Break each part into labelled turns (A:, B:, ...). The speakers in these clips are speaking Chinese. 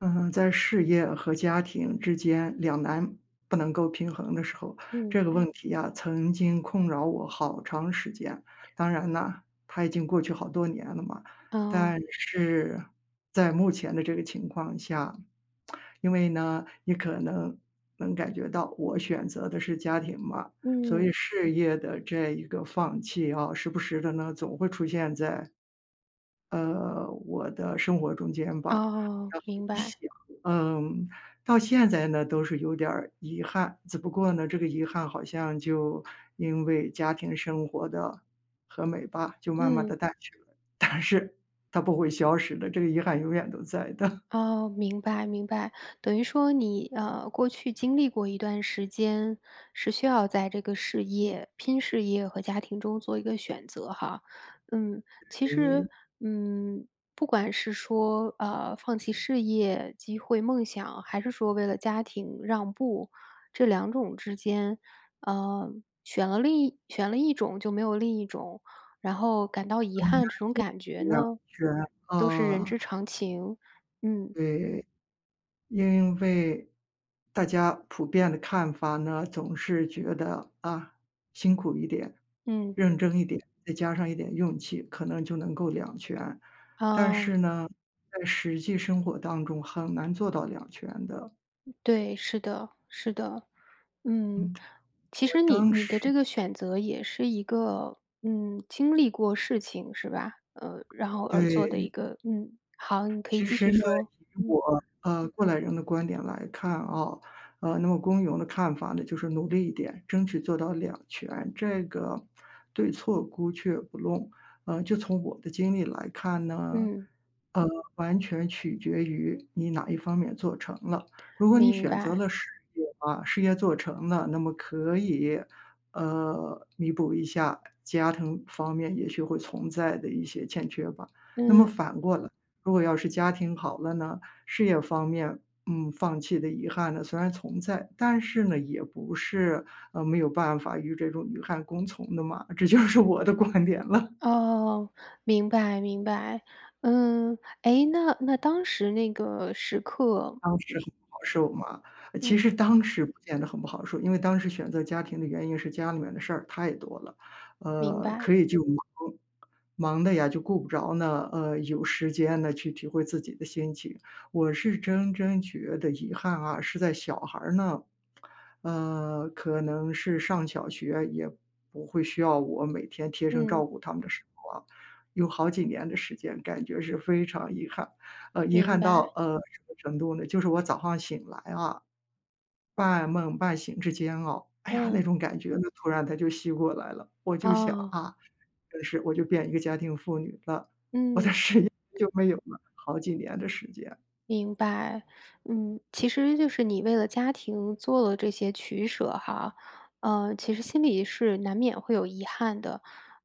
A: 嗯，在事业和家庭之间两难不能够平衡的时候，
B: 嗯，
A: 这个问题呀、曾经困扰我好长时间。当然呢，它已经过去好多年了嘛。
B: 哦，
A: 但是在目前的这个情况下，因为呢，你可能能感觉到我选择的是家庭嘛，所以
B: 嗯，
A: 事业的这一个放弃啊，时不时的呢，总会出现在我的生活中间吧。
B: 哦，
A: 然后
B: 明
A: 一
B: 白，
A: 想，嗯，到现在呢都是有点儿遗憾，只不过呢，这个遗憾好像就因为家庭生活的和美吧，就慢慢
B: 嗯。
A: 的淡去了，但是它不会消失的，这个遗憾永远都在的。
B: 哦，明白明白，等于说你过去经历过一段时间，是需要在这个事业、拼事业和家庭中做一个选择哈。嗯，其
A: 诶，
B: 实嗯，不管是说放弃事业、机会、梦想，还是说为了家庭让步，这两种之间，呃，选了一种就没有另一种，然后感到遗憾这种感觉
A: 两
B: 呢，
A: 全，
B: 都是人
A: 啊，
B: 之常情。嗯，
A: 对。因为大家普遍的看法呢，总是觉得啊，辛苦一点，
B: 嗯，
A: 认真一点，再加上一点运气，可能就能够两全。但是
B: 啊，
A: 呢，在实际生活当中很难做到两全的。
B: 对，是的，是的，嗯，
A: 嗯。
B: 其
A: 我
B: 实你
A: 当
B: 你的这
A: 时
B: 个选择也是一个，嗯，经历过事情是吧？然后而做的一
A: 对。
B: 个，嗯，好，你可以
A: 其
B: 继
A: 实
B: 续
A: 呢，
B: 说，
A: 以我过来人的观点来看啊，那么公勇的看法呢，就是努力一点，争取做到两全，这个对错姑且不论。就从我的经历来看呢，
B: 嗯，
A: 呃，完全取决于你哪一方面做成了。如果你
B: 明
A: 选择
B: 白，
A: 了事业啊，事业做成了，那么可以弥补一下家庭方面也许会存在的一些欠缺吧。那么
B: 嗯，
A: 反过来，如果要是家庭好了呢，事业方面，放弃的遗憾呢，虽然存在，但是呢，也不是，没有办法与这种遗憾共存的嘛，这就是我的观点了。
B: 哦，明白，明白，嗯，诶，那当时那个时刻，
A: 当时很不好受嘛，其
B: 嗯，
A: 实当时不见得很不好受，因为当时选择家庭的原因是家里面的事儿太多了，
B: 明白，
A: 可以就忙，忙的呀就顾不着呢，有时间呢去体会自己的心情。我是真真觉得遗憾啊，是在小孩儿呢，可能是上小学也不会需要我每天贴身照
B: 嗯，
A: 顾他们的时候啊，有好几年的时间，感觉是非常遗憾。遗
B: 明
A: 憾
B: 白，
A: 到，什么程度呢？就是我早上醒来啊，半梦半醒之间哦，哎呀，那
B: 嗯，
A: 种感觉呢，突然它就吸过来了。我就想
B: 哦，
A: 啊，真是我就变一个家庭妇女了，我的
B: 嗯。
A: 事业就没有了好几年的时间。
B: 明白，嗯，其实就是你为了家庭做了这些取舍哈，其实心里是难免会有遗憾的，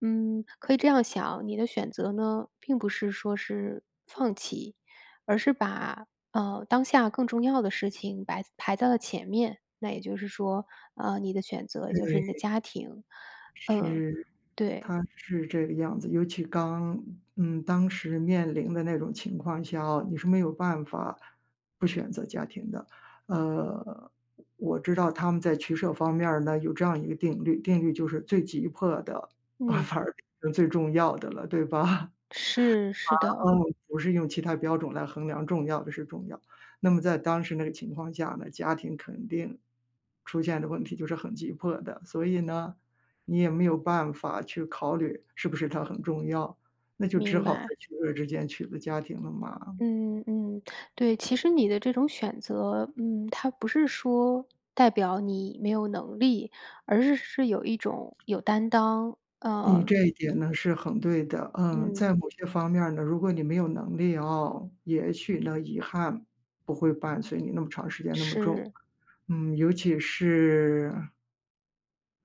B: 嗯，可以这样想，你的选择呢，并不是说是放弃，而是把当下更重要的事情摆排在了前面，那也就是说，你的选择也就是
A: 对，
B: 你的家庭，嗯，
A: 是。
B: 对，
A: 他是这个样子，尤其刚,当时面临的那种情况下哦，你是没有办法不选择家庭的。呃，我知道他们在取舍方面儿呢，有这样一个定律，定律就是最急迫的，啊，
B: 嗯，
A: 反而变成最重要的了，对吧？
B: 是是的，
A: 啊，不是用其他标准来衡量重要的是重要。那么在当时那个情况下呢，家庭肯定出现的问题就是很急迫的，所以呢，你也没有办法去考虑是不是它很重要，那就只
B: 明
A: 好在
B: 白。
A: 取舍之间取了家庭了嘛。
B: 嗯嗯，对，其实你的这种选择，嗯，它不是说代表你没有能力，而是有一种有担当，
A: 你这一点呢是很对的，嗯，
B: 嗯，
A: 在某些方面儿呢，如果你没有能力哦，也许呢遗憾不会伴随你那么长时间那么重。
B: 是，
A: 嗯，尤其是，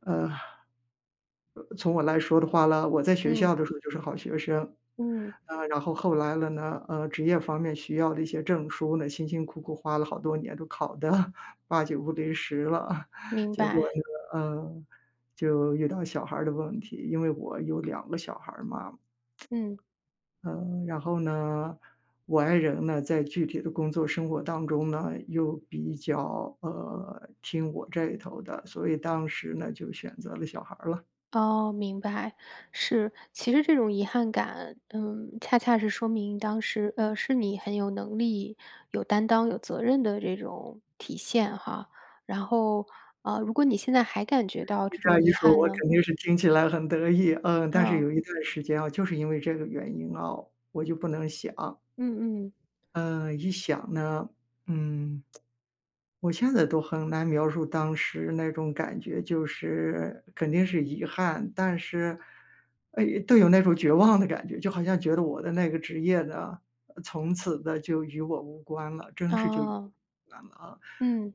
A: 呃，从我来说的话呢，我在学
B: 嗯
A: 校的时候就是好学生，
B: 嗯，
A: 然后后来了呢，职业方面需要的一些证书呢，辛辛苦苦花了好多年都考的 八九不离十了，
B: 明
A: 结果
B: 白，
A: 呢，就遇到小孩儿的问题，因为我有两个小孩儿嘛，
B: 嗯，
A: 然后呢，我爱人呢，在具体的工作生活当中呢，又比较听我这一头的，所以当时呢就选择了小孩儿了。
B: 哦，明白，是，其实这种遗憾感，嗯，恰恰是说明当时，是你很有能力、有担当、有责任的这种体现哈。然后，如果你现在还感觉到这
A: 这
B: 种
A: 样一
B: 遗
A: 说，
B: 憾
A: 我
B: 呢，
A: 肯定是听起来很得意，嗯，但是
B: 啊、
A: 有一段时间啊，就是因为这个原因啊，我就不能想，
B: 嗯嗯，
A: 嗯，一想呢，嗯。我现在都很难描述当时那种感觉，就是肯定是遗憾，但是，哎，都有那种绝望的感觉，就好像觉得我的那个职业呢，从此的就与我无关了，真是就与我
B: 哦，
A: 无关了啊。
B: 嗯，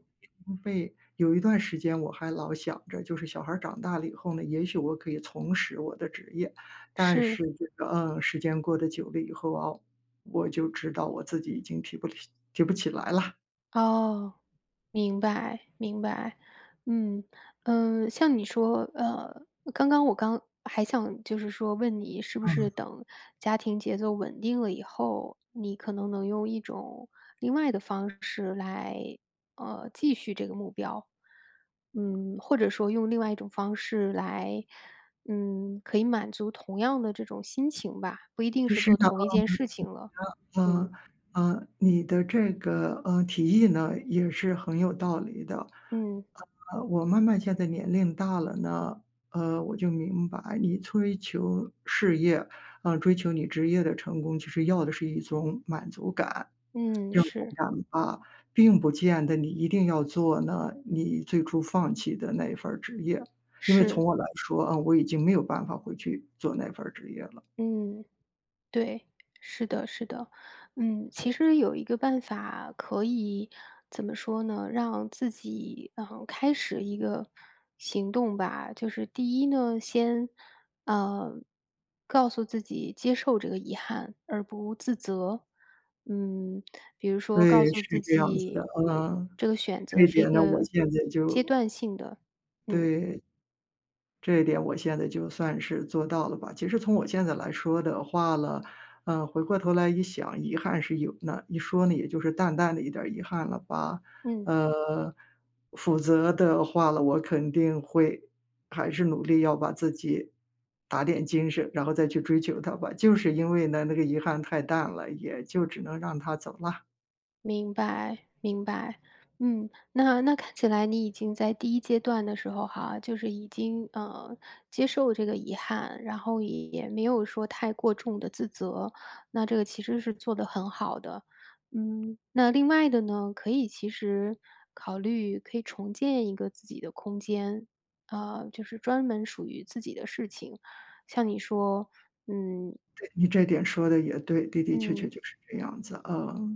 A: 被有一段时间我还老想着，就是小孩儿长大了以后呢，也许我可以重拾我的职业，但
B: 是，
A: 是这个时间过得久了以后啊，我就知道我自己已经提不起来了
B: 哦，明白，明白。嗯，嗯，像你说，刚刚我还想就是说问你，是不是
A: 嗯，
B: 等家庭节奏稳定了以后，你可能能用一种另外的方式来，继续这个目标。嗯，或者说用另外一种方式来，嗯，可以满足同样的这种心情吧，不一定
A: 其
B: 是
A: 实
B: 做
A: 呢，
B: 同一件事情了。
A: 嗯
B: 嗯，
A: 嗯，你的这个提议呢也是很有道理的。
B: 嗯，
A: 我慢慢现在年龄大了呢，我就明白你追求事业，嗯，追求你职业的成功，其实要的是一种满足感、
B: 嗯，
A: 认同
B: 是，
A: 感吧，并不见得你一定要做呢你最初放弃的那一份儿职业。因为
B: 是，
A: 从我来说，啊，我已经没有办法回去做那份儿职业了。
B: 嗯。对，是的，是的。嗯，其实有一个办法可以怎么说呢，让自己，开始一个行动吧。就是第一呢，先，呃，告诉自己接受这个遗憾，而不自责。嗯，比如说告
A: 对，
B: 诉
A: 是
B: 自
A: 这样子的，
B: 己，
A: 嗯。
B: 这个选
A: 这
B: 择
A: 一
B: 是一
A: 点呢，我
B: 个
A: 现在
B: 阶
A: 就
B: 段性的。嗯，
A: 对，这一点我现在就算是做到了吧。其实从我现在来说的话了，嗯，回过头来一想，遗憾是有呢，一说呢，也就是淡淡的一点儿遗憾了吧。
B: 嗯。
A: 呃，否则的话了，我肯定会还是努力要把自己打点精神，然后再去追求他吧。就是因为呢，那个遗憾太淡了，也就只能让他走了。
B: 明白，明白。嗯，那看起来你已经在第一阶段的时候哈，就是已经接受这个遗憾，然后也没有说太过重的自责，那这个其实是做得很好的。嗯，那另外的呢，可以其实考虑可以重建一个自己的空间，啊，就是专门属于自己的事情，像你说，嗯
A: 你这点说的也对，的的确
B: 嗯，
A: 确就是这样子。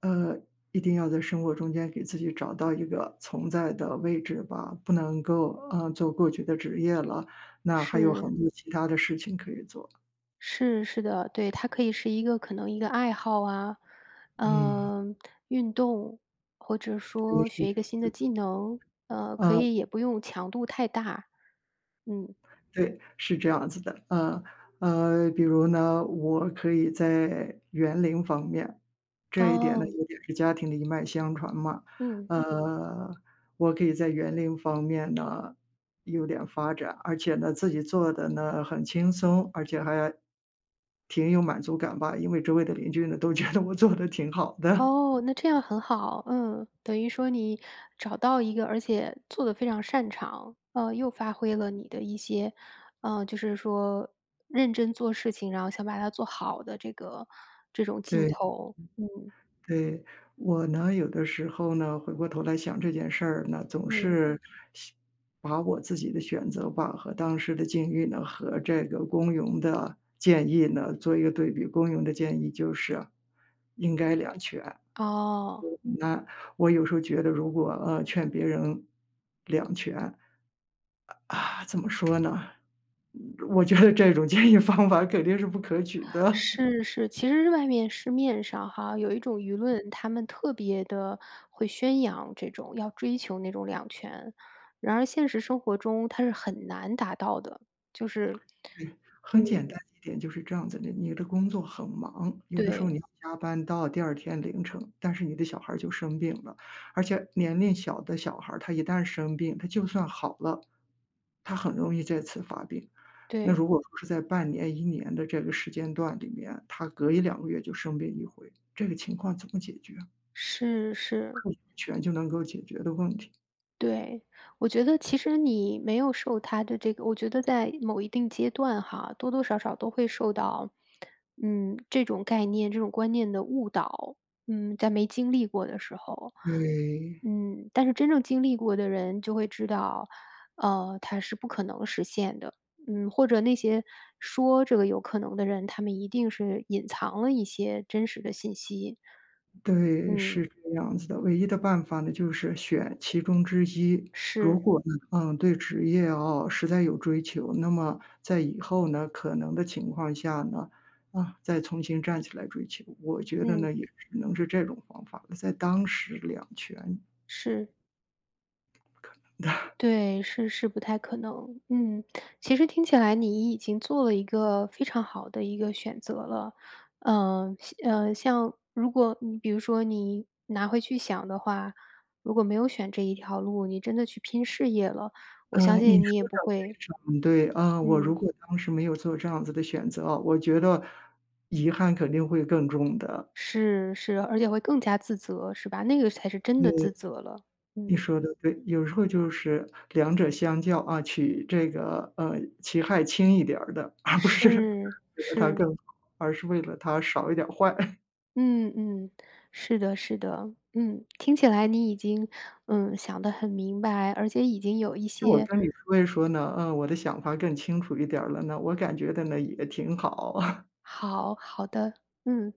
A: 呃，一定要在生活中间给自己找到一个存在的位置吧，不能够做过去的职业了，那还有
B: 是。
A: 很多其他的事情可以做。
B: 是是的，对，它可以是一个可能一个爱好啊，
A: 嗯，
B: 嗯、运动，或者
A: 对，
B: 说
A: 是
B: 学一
A: 这
B: 个
A: 样
B: 新
A: 子
B: 的
A: 的。
B: 技能，可
A: 呃
B: 以也不用强度太大，嗯，
A: 对，是这样子的，比如呢，我可以在园林方面，这一点呢，
B: 哦，
A: 有点是家庭的一脉相传嘛，
B: 嗯，
A: 呃，我可以在园林方面呢，有点发展，而且呢，自己做的呢很轻松，而且还挺有满足感吧，因为周围的邻居呢，都觉得我做的挺好的，
B: 哦，那这样很好，嗯，等于说你找到一个，而且做的非常擅长，又发挥了你的一些，就是说认真做事情，然后想把它做好的这种 劲
A: 对。
B: 头，嗯
A: 对，我呢，有的时候呢，回过头来想这件事儿呢，总
B: 嗯，
A: 是想把我自己的选择吧，和当时的境遇呢，和这个公庸的建议呢，做一个对比。公庸的建议就是应该两全，
B: 哦。
A: 那我有时候觉得，如果劝别人两全啊，怎么说呢？我觉得这种建议方法肯定是不可取的。
B: 是是，其实外面市面上哈，有一种舆论，他们特别的会宣扬这种要追求那种两全，然而现实生活中它是很难达到的，就是
A: 对，
B: 嗯，
A: 很简单一点就是这样子的，你的工作很忙，有的时候你
B: 对，
A: 要加班到第二天凌晨，但是你的小孩儿就生病了，而且年龄小的小孩儿，他一旦生病，他就算好了，他很容易再次发病。那
B: 对，
A: 如果说是在半年、一年的这个时间段里面，他隔一两个月就生病一回，这个情况怎么解决？
B: 是是。
A: 不是完全就能够解决的问题。
B: 对，我觉得其实你没有受他的这个我觉得在某一定阶段哈，多多少少都会受到，嗯，这种概念、这种观念的误导。嗯，在没经历过的时候，
A: 对。
B: 嗯，但是真正经历过的人就会知道，它是不可能实现的。嗯，或者那些说这个有可能的人，他们一定是隐藏了一些真实的信息。
A: 对，
B: 嗯，
A: 是这样子的。唯一的办法呢，就是选其中之一。如
B: 是，
A: 果呢，嗯，对职业哦实在有追求，那么在以后呢，可能的情况下呢，啊，再重新站起来追求。我觉得
B: 嗯，
A: 呢，也只能是这种方法了，在当时两全。
B: 是。对，是是不太可能。嗯，其实听起来你已经做了一个非常好的一个选择了。嗯，像如果你比如说你拿回去想的话，如果没有选这一条路，你真的去拼事业了，我相
A: 你
B: 信你
A: 说
B: 也不
A: 的非
B: 会，
A: 常对啊，我如
B: 嗯，
A: 果当时没有做这样子的选择啊我觉得遗憾肯定会更重的，
B: 是是，而且会更加自责，是吧？那个才是真的自
A: 对。
B: 责了。
A: 你
B: 嗯，
A: 说的对，有时候就是两者相较啊，取这个其害轻一点儿的，而不是 为
B: 是
A: 了它
B: 是。
A: 更好，而是为了它少一点儿坏。
B: 嗯嗯，是的，是的，嗯，听起来你已经，嗯，想得很明白，而且已经有一
A: 那我
B: 些
A: 跟你说一说呢，嗯，我的想法更清楚一点儿了呢，我感觉的呢也挺好。
B: 好好的，嗯。